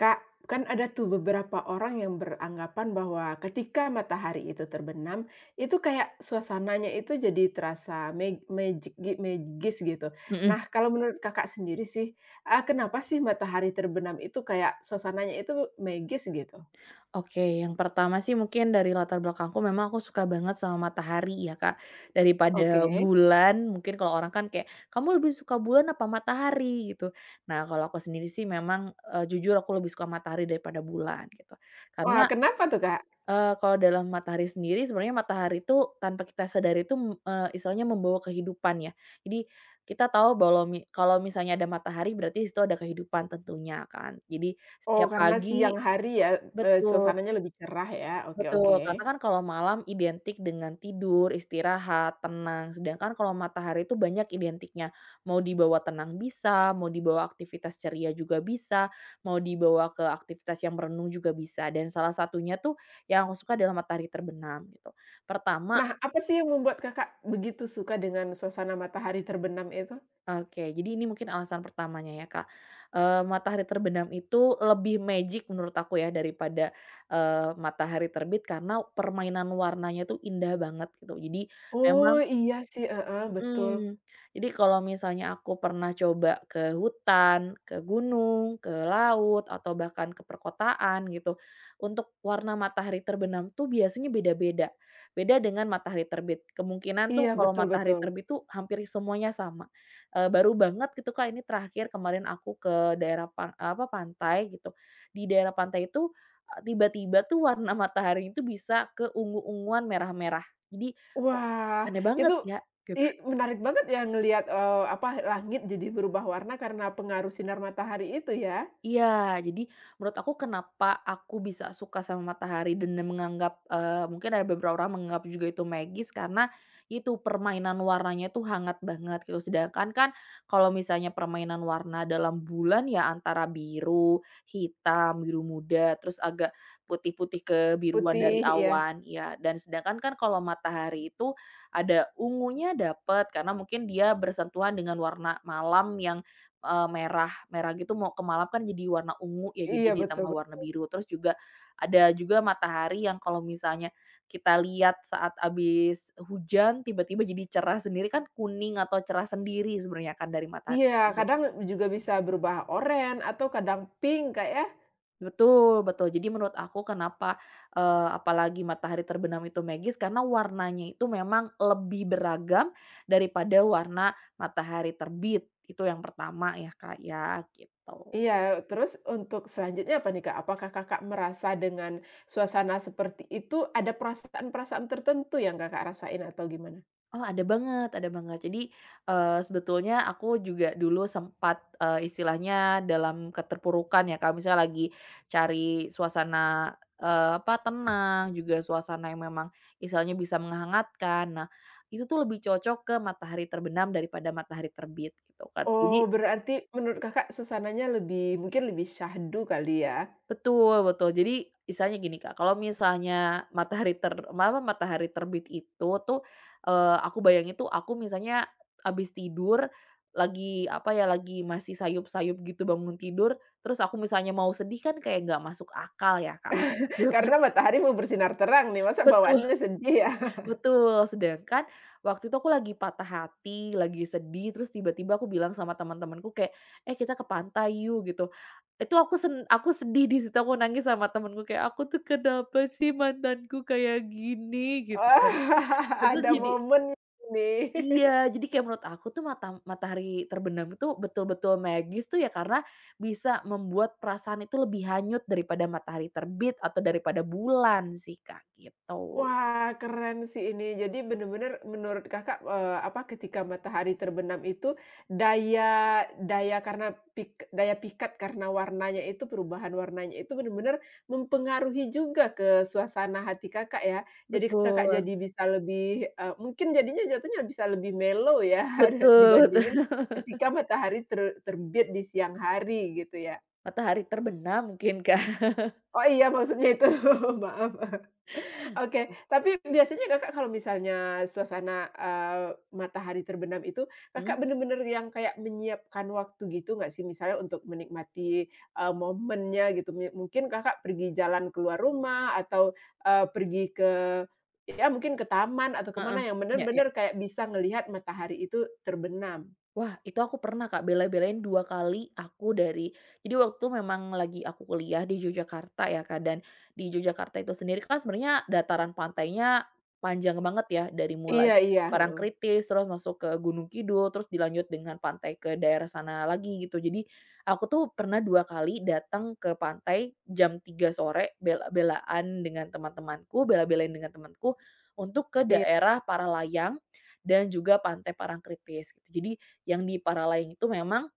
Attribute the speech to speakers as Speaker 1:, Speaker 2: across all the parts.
Speaker 1: Kak, kan ada tuh beberapa orang yang beranggapan bahwa ketika matahari itu terbenam, itu kayak suasananya itu jadi terasa magis gitu.
Speaker 2: Mhm.
Speaker 1: Nah, kalau menurut Kakak sendiri sih, kenapa sih matahari terbenam itu kayak suasananya itu magis gitu?
Speaker 2: Oke, yang pertama sih mungkin dari latar belakangku memang aku suka banget sama matahari ya, Kak, daripada
Speaker 1: Oke.
Speaker 2: bulan mungkin kalau orang kan kayak, "Kamu lebih suka bulan apa matahari?" Gitu. Nah, kalau aku sendiri sih memang, jujur aku lebih suka matahari daripada bulan gitu.
Speaker 1: Wah,
Speaker 2: Karena,
Speaker 1: kenapa tuh, Kak?
Speaker 2: kalau dalam matahari sendiri sebenarnya matahari itu tanpa kita sadari itu, istilahnya membawa kehidupan ya. Jadi kita tahu bahwa kalau misalnya ada matahari berarti di situ ada kehidupan tentunya kan. Jadi
Speaker 1: Oh,
Speaker 2: setiap
Speaker 1: karena
Speaker 2: pagi.
Speaker 1: siang hari ya,
Speaker 2: Betul.
Speaker 1: suasananya lebih cerah ya. Oke, oke.
Speaker 2: Betul, karena kan kalau malam identik dengan tidur, istirahat, tenang, sedangkan kalau matahari itu banyak identiknya. Mau dibawa tenang bisa, mau dibawa aktivitas ceria juga bisa, mau dibawa ke aktivitas yang merenung juga bisa, dan salah satunya tuh yang aku suka adalah matahari terbenam gitu. Pertama.
Speaker 1: Nah, apa sih yang membuat Kakak begitu suka dengan suasana matahari terbenam itu?
Speaker 2: Oke, jadi ini mungkin alasan pertamanya ya, Kak. Matahari terbenam itu lebih magic menurut aku ya daripada, matahari terbit karena permainan warnanya tuh indah banget gitu. Jadi
Speaker 1: Oh,
Speaker 2: memang.
Speaker 1: iya sih, heeh, betul.
Speaker 2: Mhm. Jadi kalau misalnya aku pernah coba ke hutan, ke gunung, ke laut, atau bahkan ke perkotaan gitu, untuk warna matahari terbenam tuh biasanya beda-beda. Beda dengan matahari terbit. Kemungkinan tuh
Speaker 1: Iya,
Speaker 2: kalau
Speaker 1: betul
Speaker 2: matahari
Speaker 1: betul.
Speaker 2: terbit tuh hampir semuanya sama. Eee, baru banget gitu, Kak, ini terakhir kemarin aku ke daerah pantai gitu. Di daerah pantai itu, tiba-tiba tuh warna matahari itu bisa ke ungu-unguan merah-merah. Jadi, kok
Speaker 1: Wah,
Speaker 2: aneh banget
Speaker 1: itu
Speaker 2: ya?
Speaker 1: i
Speaker 2: Gitu.
Speaker 1: menarik banget ya ngelihat, apa, langit jadi berubah warna karena pengaruh sinar matahari itu ya,
Speaker 2: Iya, jadi menurut aku kenapa aku bisa suka sama matahari dan menganggap, mungkin ada beberapa orang menganggap juga itu magis karena itu permainan warnanya tuh hangat banget gitu. Sedangkan kan kalau misalnya permainan warna dalam bulan ya antara biru, hitam, biru muda, terus agak putih-putih kebiruan dari
Speaker 1: putih iya.
Speaker 2: awan, ya. Dan sedangkan kan kalau matahari itu ada ungunya dapet karena mungkin dia bersentuhan dengan warna malam yang merah merah gitu mau ke malam kan jadi warna ungu ya jadi
Speaker 1: Iya, betul
Speaker 2: ditambah
Speaker 1: bet
Speaker 2: warna biru terus juga ada juga matahari yang kalau misalnya kita lihat saat habis hujan tiba-tiba jadi cerah sendiri kan kuning atau cerah sendiri sebenarnya kan dari matahari
Speaker 1: Iya,
Speaker 2: tersebut.
Speaker 1: kadang juga bisa berubah oren atau kadang pink, Kak, ya.
Speaker 2: Betul, betul, jadi menurut aku kenapa, apalagi matahari terbenam itu magis karena warnanya itu memang lebih beragam daripada warna matahari terbit itu yang pertama ya Kak ya gitu.
Speaker 1: Iya, terus untuk selanjutnya apa nih, Kak? Apakah Kakak merasa dengan suasana seperti itu ada perasaan-perasaan tertentu yang Kakak rasain atau gimana?
Speaker 2: Oh, ada banget, ada banget. Jadi, sebetulnya aku juga dulu sempat, istilahnya dalam keterpurukan ya, kalau misalnya lagi cari suasana, tenang, juga suasana yang memang istilahnya bisa menghangatkan. Nah, itu tuh lebih cocok ke matahari terbenam daripada matahari terbit, gitu kan.
Speaker 1: Oh, berarti menurut Kakak suasananya lebih mungkin lebih syahdu kali ya?
Speaker 2: Betul, betul. Jadi istilahnya gini, Kak, kalau misalnya matahari matahari terbit itu tuh, aku bayangin tuh aku misalnya abis tidur, lagi apa ya, lagi masih sayup-sayup gitu bangun tidur, terus aku misalnya mau sedih kan kayak nggak masuk akal ya, Kak. Gitu kan.
Speaker 1: Karena matahari mau bersinar terang nih, masa
Speaker 2: Betul.
Speaker 1: bawaannya sedih ya?
Speaker 2: Betul, sedangkan waktu itu aku lagi patah hati, lagi sedih, terus tiba-tiba aku bilang sama teman-temanku kayak, "Eh, kita ke pantai yuk," gitu. Itu aku sen aku sedih di situ, aku nangis sama teman-temanku kayak, "Aku tuh kenapa sih mantanku kayak gini?" Gitu
Speaker 1: Wah,
Speaker 2: kan. Itu
Speaker 1: ada
Speaker 2: jadi
Speaker 1: momen nih.
Speaker 2: Iya, jadi kayak menurut aku tuh matahari terbenam itu betul-betul magis tuh ya karena bisa membuat perasaan itu lebih hanyut daripada matahari terbit atau daripada bulan sih, Kak, gitu.
Speaker 1: Wah, keren sih ini. Jadi benar-benar menurut Kakak, apa, ketika matahari terbenam itu daya daya karena pik daya pikat karena warnanya itu, perubahan warnanya itu benar-benar mempengaruhi juga ke suasana hati Kakak ya. Jadi Kakak
Speaker 2: Betul,
Speaker 1: jadi bisa lebih, mungkin jadinya jatuhnya bisa lebih mellow ya
Speaker 2: betul.
Speaker 1: dibandingin ketika matahari ter terbit di siang hari gitu ya?
Speaker 2: Matahari terbenam mungkin, Kak.
Speaker 1: Oh iya maksudnya itu, maaf. Oke, tapi biasanya Kakak kalau misalnya suasana, matahari terbenam itu,
Speaker 2: Mhm,
Speaker 1: Kakak bener-bener yang kayak menyiapkan waktu gitu nggak sih? Misalnya untuk menikmati, momennya gitu, mungkin Kakak pergi jalan keluar rumah atau, pergi ke ya mungkin ke taman atau
Speaker 2: heeh,
Speaker 1: kemana yang
Speaker 2: iya, ya.
Speaker 1: bener-bener kayak bisa ngelihat matahari itu terbenam.
Speaker 2: Wah, itu aku pernah Kak, bela-belain 2 kali aku jadi waktu memang lagi aku kuliah di Yogyakarta ya Kak, dan di Yogyakarta itu sendiri kan sebenarnya dataran pantainya panjang banget ya, dari mulai
Speaker 1: Iya iya, mhm.
Speaker 2: Parangkritis, terus masuk ke Gunung Kidul, terus dilanjut dengan pantai ke daerah sana lagi gitu. Jadi, aku tuh pernah 2 kali datang ke pantai jam 3 sore, bela-belaan dengan teman-temanku, bela-belain dengan temanku untuk ke
Speaker 1: Iya
Speaker 2: daerah Paralayang dan juga pantai Parangkritis gitu. Jadi, yang di Paralayang itu memang,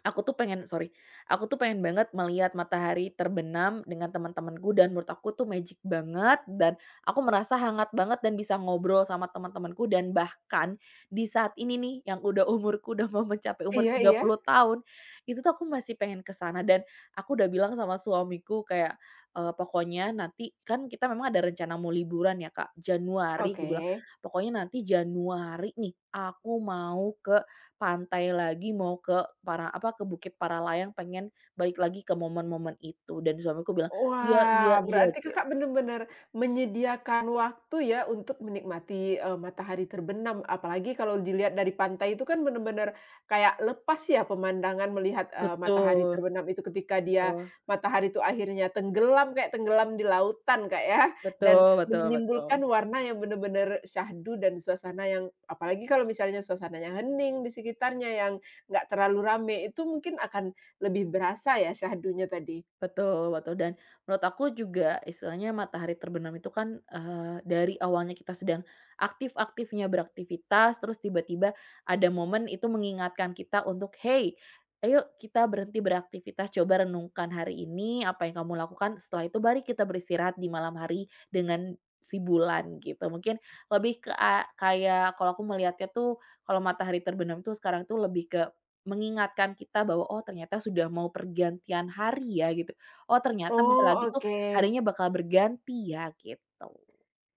Speaker 2: Aku tuh pengen sorry, aku tuh pengen banget melihat matahari terbenam dengan teman-temanku dan menurut aku tuh magic banget dan aku merasa hangat banget dan bisa ngobrol sama teman-temanku dan bahkan di saat ini nih yang udah umurku udah mau mencapai umur
Speaker 1: iya
Speaker 2: tiga
Speaker 1: iya,
Speaker 2: puluh tahun, itu tuh aku masih pengen ke sana dan aku udah bilang sama suamiku kayak, "Pokoknya nanti," kan kita memang ada rencana mau liburan ya, Kak, Januari, gue
Speaker 1: oke.
Speaker 2: bilang, "Pokoknya nanti Januari nih aku mau ke pantai lagi, mau ke" ke Bukit Paralayang pengen balik lagi ke momen-momen itu dan suamiku bilang, "Iya, iya,
Speaker 1: Wah,
Speaker 2: iya,"
Speaker 1: berarti
Speaker 2: gitu.
Speaker 1: Kakak benar-benar menyediakan waktu ya untuk menikmati, matahari terbenam. Apalagi kalau dilihat dari pantai itu kan benar-benar kayak lepas ya pemandangan melihat, matahari
Speaker 2: Betul,
Speaker 1: terbenam itu ketika dia
Speaker 2: betul,
Speaker 1: matahari itu akhirnya tenggelam kayak tenggelam di lautan, Kak, ya, dan
Speaker 2: betul, betul, betul.
Speaker 1: menimbulkan warna yang benar-benar syahdu dan suasana yang apalagi kalau misalnya suasananya hening di sekitarnya yang nggak terlalu rame, itu mungkin akan lebih berasa ya syahdunya tadi?
Speaker 2: Betul, betul, dan menurut aku juga istilahnya matahari terbenam itu kan, dari awalnya kita sedang aktif-aktifnya beraktivitas, terus tiba-tiba ada momen itu mengingatkan kita untuk, "Hey, ayo kita berhenti beraktivitas, coba renungkan hari ini, apa yang kamu lakukan, setelah itu mari kita beristirahat di malam hari dengan si bulan," gitu. Mungkin lebih ke kayak kalau aku melihatnya tuh, kalau matahari terbenam tuh sekarang tuh lebih ke mengingatkan kita bahwa, "Oh, ternyata sudah mau pergantian hari ya," gitu. Oh, ternyata bentar
Speaker 1: Oh,
Speaker 2: lagi tuh
Speaker 1: oke.
Speaker 2: harinya bakal berganti ya gitu.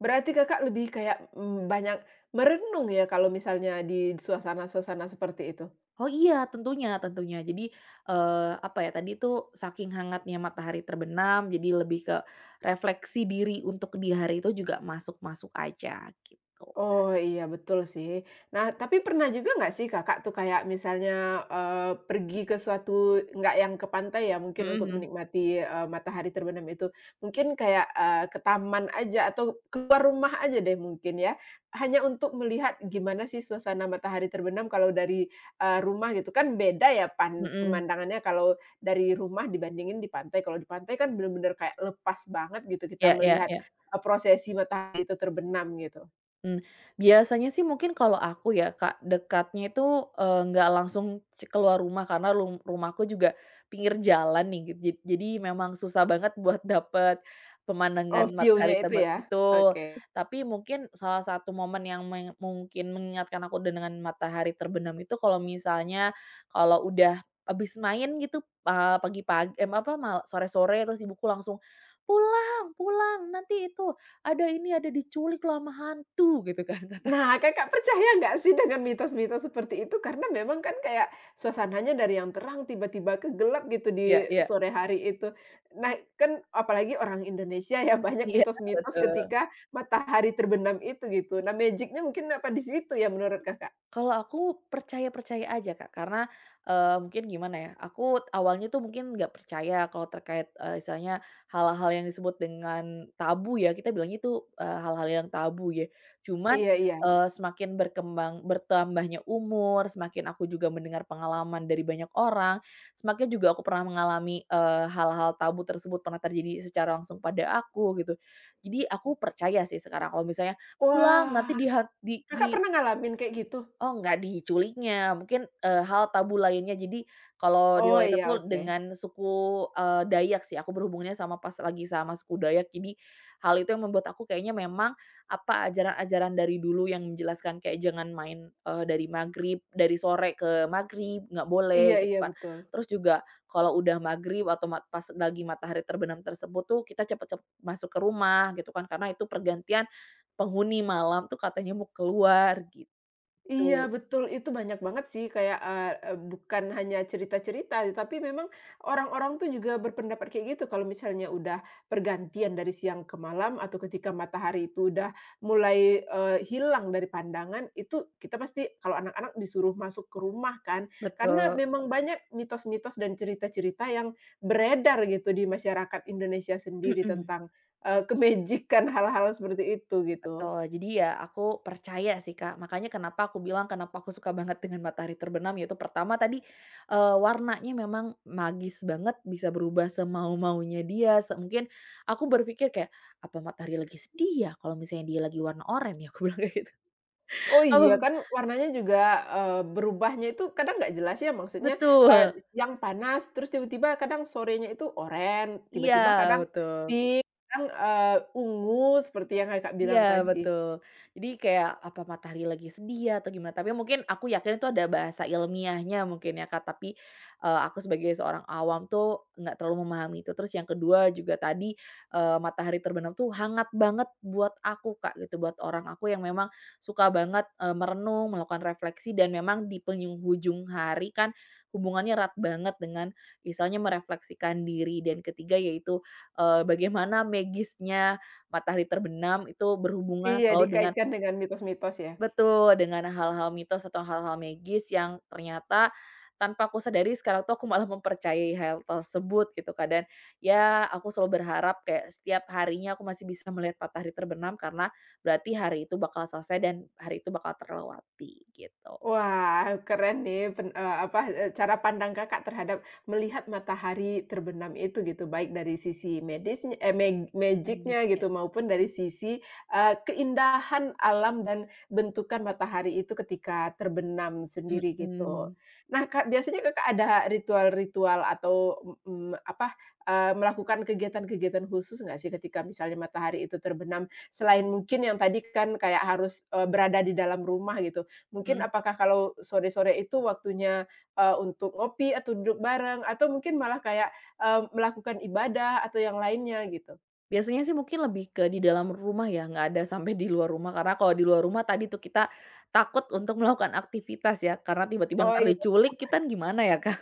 Speaker 1: Berarti Kakak lebih kayak, banyak merenung ya kalau misalnya di suasana-suasana seperti itu?
Speaker 2: Oh iya, tentunya, tentunya. Jadi, eee, apa ya tadi tuh saking hangatnya matahari terbenam jadi lebih ke refleksi diri untuk di hari itu juga masuk-masuk aja gitu.
Speaker 1: Oh, iya betul sih. Nah, tapi pernah juga nggak sih Kakak tuh kayak misalnya, pergi ke suatu nggak yang ke pantai ya, mungkin untuk
Speaker 2: Mhm,
Speaker 1: menikmati, matahari terbenam itu. Mungkin kayak, ke taman aja atau keluar rumah aja deh mungkin ya, hanya untuk melihat gimana sih suasana matahari terbenam kalau dari, rumah gitu. Kan beda ya
Speaker 2: mhm, ya.
Speaker 1: pemandangannya kalau dari rumah dibandingin di pantai. Kalau di pantai kan bener-bener kayak lepas banget gitu kita
Speaker 2: Iya, iya,
Speaker 1: melihat,
Speaker 2: iya.
Speaker 1: prosesi matahari itu terbenam gitu.
Speaker 2: Mmm, biasanya sih mungkin kalau aku ya Kak, dekatnya itu, nggak langsung keluar rumah karena rumahku juga pinggir jalan nih git jad jadi memang susah banget buat dapet
Speaker 1: Oh,
Speaker 2: pemandangan
Speaker 1: view-nya
Speaker 2: matahari
Speaker 1: itu
Speaker 2: terbit
Speaker 1: ya?
Speaker 2: betul.
Speaker 1: Oke.
Speaker 2: Tapi mungkin salah satu momen yang mengingatkan aku dengan matahari terbenam itu kalau misalnya, kalau udah habis main gitu, eee, pagi-pag mmm, apa, mal sore-sore terus ibuku langsung, "Pulang, pulang nanti itu, ada ini, ada diculik loh sama hantu," gitu kan
Speaker 1: Nah, Kakak percaya nggak sih dengan mitos-mitos seperti itu? Karena memang kan kayak suasananya dari yang terang tiba-tiba ke gelap gitu
Speaker 2: iya,
Speaker 1: di
Speaker 2: iya.
Speaker 1: sore hari itu. Nah, kan apalagi orang Indonesia ya banyak
Speaker 2: Iya,
Speaker 1: mitos-mitos
Speaker 2: betul.
Speaker 1: ketika matahari terbenam itu gitu. Nah, magic-nya mungkin apa di situ ya menurut Kakak?
Speaker 2: Kalau aku percaya-percaya aja, Kak, karena, mungkin gimana ya, aku awalnya tuh mungkin nggak percaya kalau terkait, misalnya hal-hal yang disebut dengan tabu ya, kita bilangnya itu, hal-hal yang tabu ya. Cuman,
Speaker 1: Iya iya.
Speaker 2: semakin berkembang bertambahnya umur, semakin aku juga mendengar pengalaman dari banyak orang, semakin juga aku pernah mengalami, hal-hal tabu tersebut pernah terjadi secara langsung pada aku gitu. Jadi aku percaya sih sekarang kalau misalnya, "Pulang nanti,"
Speaker 1: Wah,
Speaker 2: dihan
Speaker 1: Kakak
Speaker 2: di
Speaker 1: pernah ngalamin kayak gitu?
Speaker 2: Oh, nggak diculiknya, mungkin, hal tabu lainnya. Jadi kalau
Speaker 1: Oh
Speaker 2: related
Speaker 1: iya,
Speaker 2: tuh
Speaker 1: oke.
Speaker 2: dengan suku, Dayak sih, aku berhubungnya sama pas lagi sama suku Dayak. Jadi hal itu yang membuat aku kayaknya memang apa, ajaran-ajaran dari dulu yang menjelaskan kayak jangan main, dari magrib dari sore ke magrib, nggak
Speaker 1: Iya
Speaker 2: boleh gitu
Speaker 1: iya,
Speaker 2: kan.
Speaker 1: betul.
Speaker 2: Terus juga kalau udah magrib atau pas lagi matahari terbenam tersebut tuh kita masuk ke rumah gitu kan, karena itu pergantian penghuni malam tuh katanya mau keluar,
Speaker 1: Iya
Speaker 2: gitu.
Speaker 1: betul, itu banyak banget sih kayak, eee eee, bukan hanya cerita-cerita, tapi memang orang-orang tuh juga berpendapat kayak gitu kalau misalnya udah pergantian dari siang ke malam atau ketika matahari itu udah mulai, hilang dari pandangan, itu kita pasti kalau anak-anak disuruh masuk ke rumah kan. Karena
Speaker 2: Betul,
Speaker 1: memang banyak mitos-mitos dan cerita-cerita yang beredar gitu di masyarakat Indonesia sendiri
Speaker 2: mhm,
Speaker 1: tentang, kemejikan hal-hal seperti itu gitu.
Speaker 2: betul. Jadi ya aku percaya sih, Kak. Makanya kenapa aku bilang kenapa aku suka banget dengan matahari terbenam, yaitu pertama tadi, warnanya memang magis banget, bisa berubah semau-maunya dia, mungkin aku berpikir kayak, "Apa matahari lagi sedih ya? Kalau misalnya dia lagi warna oranye ya?" Aku bilang kayak gitu.
Speaker 1: Oh
Speaker 2: Apa
Speaker 1: iya kan warnanya juga, berubahnya itu kadang nggak jelas ya maksudnya,
Speaker 2: Betul,
Speaker 1: siang panas terus tiba-tiba kadang sorenya itu oranye,
Speaker 2: iya
Speaker 1: tiba-tiba kadang
Speaker 2: betul.
Speaker 1: pink, kadang, ungu seperti yang Kakak bilang
Speaker 2: Iya
Speaker 1: tadi.
Speaker 2: betul. Jadi kayak apa matahari lagi sedih ya atau gimana, tapi mungkin aku yakin itu ada bahasa ilmiahnya mungkin ya Kak, tapi, aku sebagai seorang awam tuh nggak terlalu memahami itu. Terus yang kedua juga tadi, matahari terbenam tuh hangat banget buat aku Kak, gitu, buat orang aku yang memang suka banget, merenung, melakukan refleksi dan memang di penghujung hari kan hubungannya erat banget dengan misalnya merefleksikan diri. Dan ketiga yaitu, bagaimana magisnya matahari terbenam itu berhubungan
Speaker 1: Iya
Speaker 2: selalu dengan,
Speaker 1: dikaitkan dengan mitos-mitos ya.
Speaker 2: betul, dengan hal-hal mitos atau hal-hal magis yang ternyata tanpa aku sadari sekarang tuh aku malah mempercayai hal tersebut gitu Kak, dan ya aku selalu berharap kayak setiap harinya aku masih bisa melihat matahari terbenam karena berarti hari itu bakal selesai dan hari itu bakal terlewati gitu.
Speaker 1: Wah, keren nih apa, cara pandang Kakak terhadap melihat matahari terbenam itu gitu, baik dari sisi medisnya eh, magic
Speaker 2: Bagus ya.
Speaker 1: gitu maupun dari sisi, keindahan alam dan bentukan matahari itu ketika terbenam sendiri gitu.
Speaker 2: Mhm,
Speaker 1: Nah, Kak, biasanya Kakak ada ritual-ritual atau, apa, melakukan kegiatan-kegiatan khusus nggak sih ketika misalnya matahari itu terbenam? Selain mungkin yang tadi kan kayak harus, berada di dalam rumah gitu, mungkin
Speaker 2: mhm.
Speaker 1: apakah kalau sore-sore itu waktunya, untuk ngopi atau duduk bareng atau mungkin malah kayak, melakukan ibadah atau yang lainnya gitu?
Speaker 2: Biasanya sih mungkin lebih ke di dalam rumah ya, nggak ada sampai di luar rumah, karena kalau di luar rumah tadi tuh kita takut untuk melakukan aktivitas ya, karena tiba-tiba
Speaker 1: Oh
Speaker 2: ntar
Speaker 1: iya.
Speaker 2: diculik, kita kan gimana ya, kan.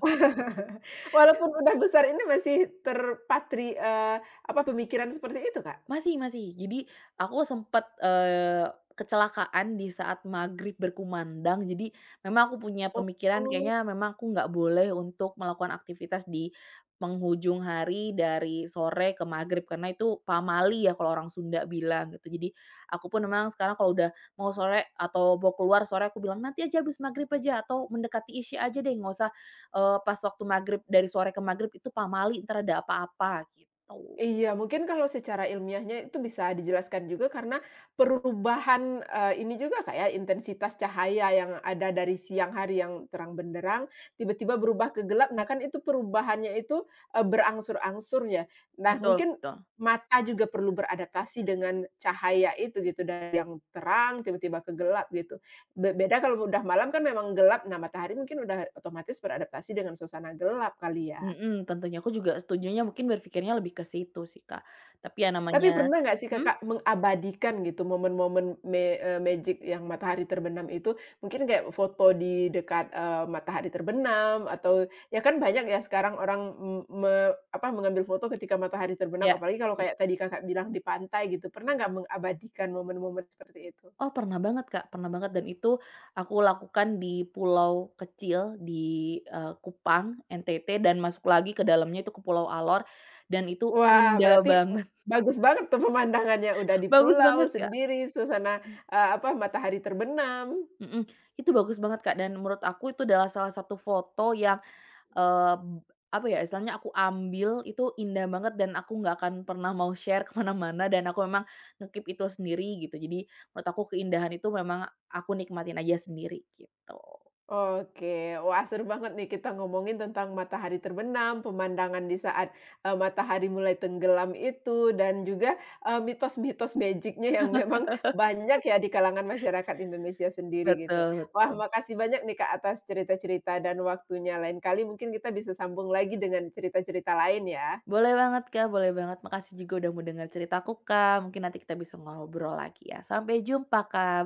Speaker 1: Walaupun udah besar ini masih terpatri, apa pemikiran seperti itu, Kak?
Speaker 2: Masih, masih. Jadi aku sempet, kecelakaan di saat maghrib berkumandang, jadi memang aku punya pemikiran
Speaker 1: Oh.
Speaker 2: kayaknya memang aku nggak boleh untuk melakukan aktivitas di penghujung hari dari sore ke maghrib, karena itu pamali ya kalau orang Sunda bilang gitu. Jadi aku pun memang sekarang kalau udah mau sore atau mau keluar sore aku bilang, "Nanti aja habis maghrib aja atau mendekati isya aja deh, nggak usah, pas waktu maghrib dari sore ke maghrib itu pamali entar ada apa-apa," gitu.
Speaker 1: Iya, mungkin kalau secara ilmiahnya itu bisa dijelaskan juga karena perubahan, ini juga kayak intensitas cahaya yang ada dari siang hari yang terang benderang, tiba-tiba berubah ke gelap. Nah kan itu perubahannya itu, berangsur-angsur ya. Nah
Speaker 2: Betul,
Speaker 1: mungkin
Speaker 2: betul.
Speaker 1: mata juga perlu beradaptasi dengan cahaya itu gitu, dari yang terang tiba-tiba ke gelap gitu. Beda kalau udah malam kan memang gelap, nah matahari mungkin udah otomatis beradaptasi dengan suasana gelap kali ya?
Speaker 2: Mhm, tentunya aku juga setujunya mungkin berpikirnya lebih ke situ sih, Kak. Tapi ya
Speaker 1: Tapi
Speaker 2: namanya.
Speaker 1: pernah nggak sih
Speaker 2: Hmm,
Speaker 1: Kakak mengabadikan gitu momen-momen magic yang matahari terbenam itu? Mungkin kayak foto di dekat, matahari terbenam atau ya kan banyak ya sekarang orang m me apa, mengambil foto ketika matahari terbenam,
Speaker 2: ya,
Speaker 1: apalagi kalau
Speaker 2: ya.
Speaker 1: kayak tadi Kakak bilang di pantai gitu. Pernah nggak mengabadikan momen-momen seperti itu?
Speaker 2: Oh pernah banget, Kak, pernah banget dan itu aku lakukan di pulau kecil di, Kupang, NTT dan masuk lagi ke dalamnya itu ke Pulau Alor dan itu
Speaker 1: Wah,
Speaker 2: indah
Speaker 1: berarti
Speaker 2: banget,
Speaker 1: bagus banget tuh pemandangannya, udah di
Speaker 2: bagus
Speaker 1: pulau
Speaker 2: banget, Kak.
Speaker 1: sendiri, suasana, apa, matahari terbenam.
Speaker 2: Mhm, itu bagus banget, Kak, dan menurut aku itu adalah salah satu foto yang Eee, istilahnya aku ambil itu indah banget dan aku nggak akan pernah mau share kemana mana dan aku memang ngekip itu sendiri gitu. Jadi menurut aku keindahan itu memang aku nikmatin aja sendiri gitu.
Speaker 1: Oke, wah seru banget nih kita ngomongin tentang matahari terbenam, pemandangan di saat, matahari mulai tenggelam itu, dan juga, mitos-mitos magicnya yang memang banyak ya di kalangan masyarakat Indonesia sendiri gitu.
Speaker 2: Betul,
Speaker 1: Wah
Speaker 2: betul.
Speaker 1: makasih banyak nih Kak atas cerita-cerita dan waktunya, lain kali mungkin kita bisa sambung lagi dengan cerita-cerita lain ya.
Speaker 2: Boleh banget Kak, boleh banget. Makasih juga udah mau dengar ceritaku Kak, mungkin nanti kita bisa ngobrol lagi ya. Sampai jumpa Kak,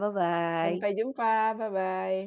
Speaker 1: Sampai
Speaker 2: bye-bye.
Speaker 1: jumpa, bye-bye.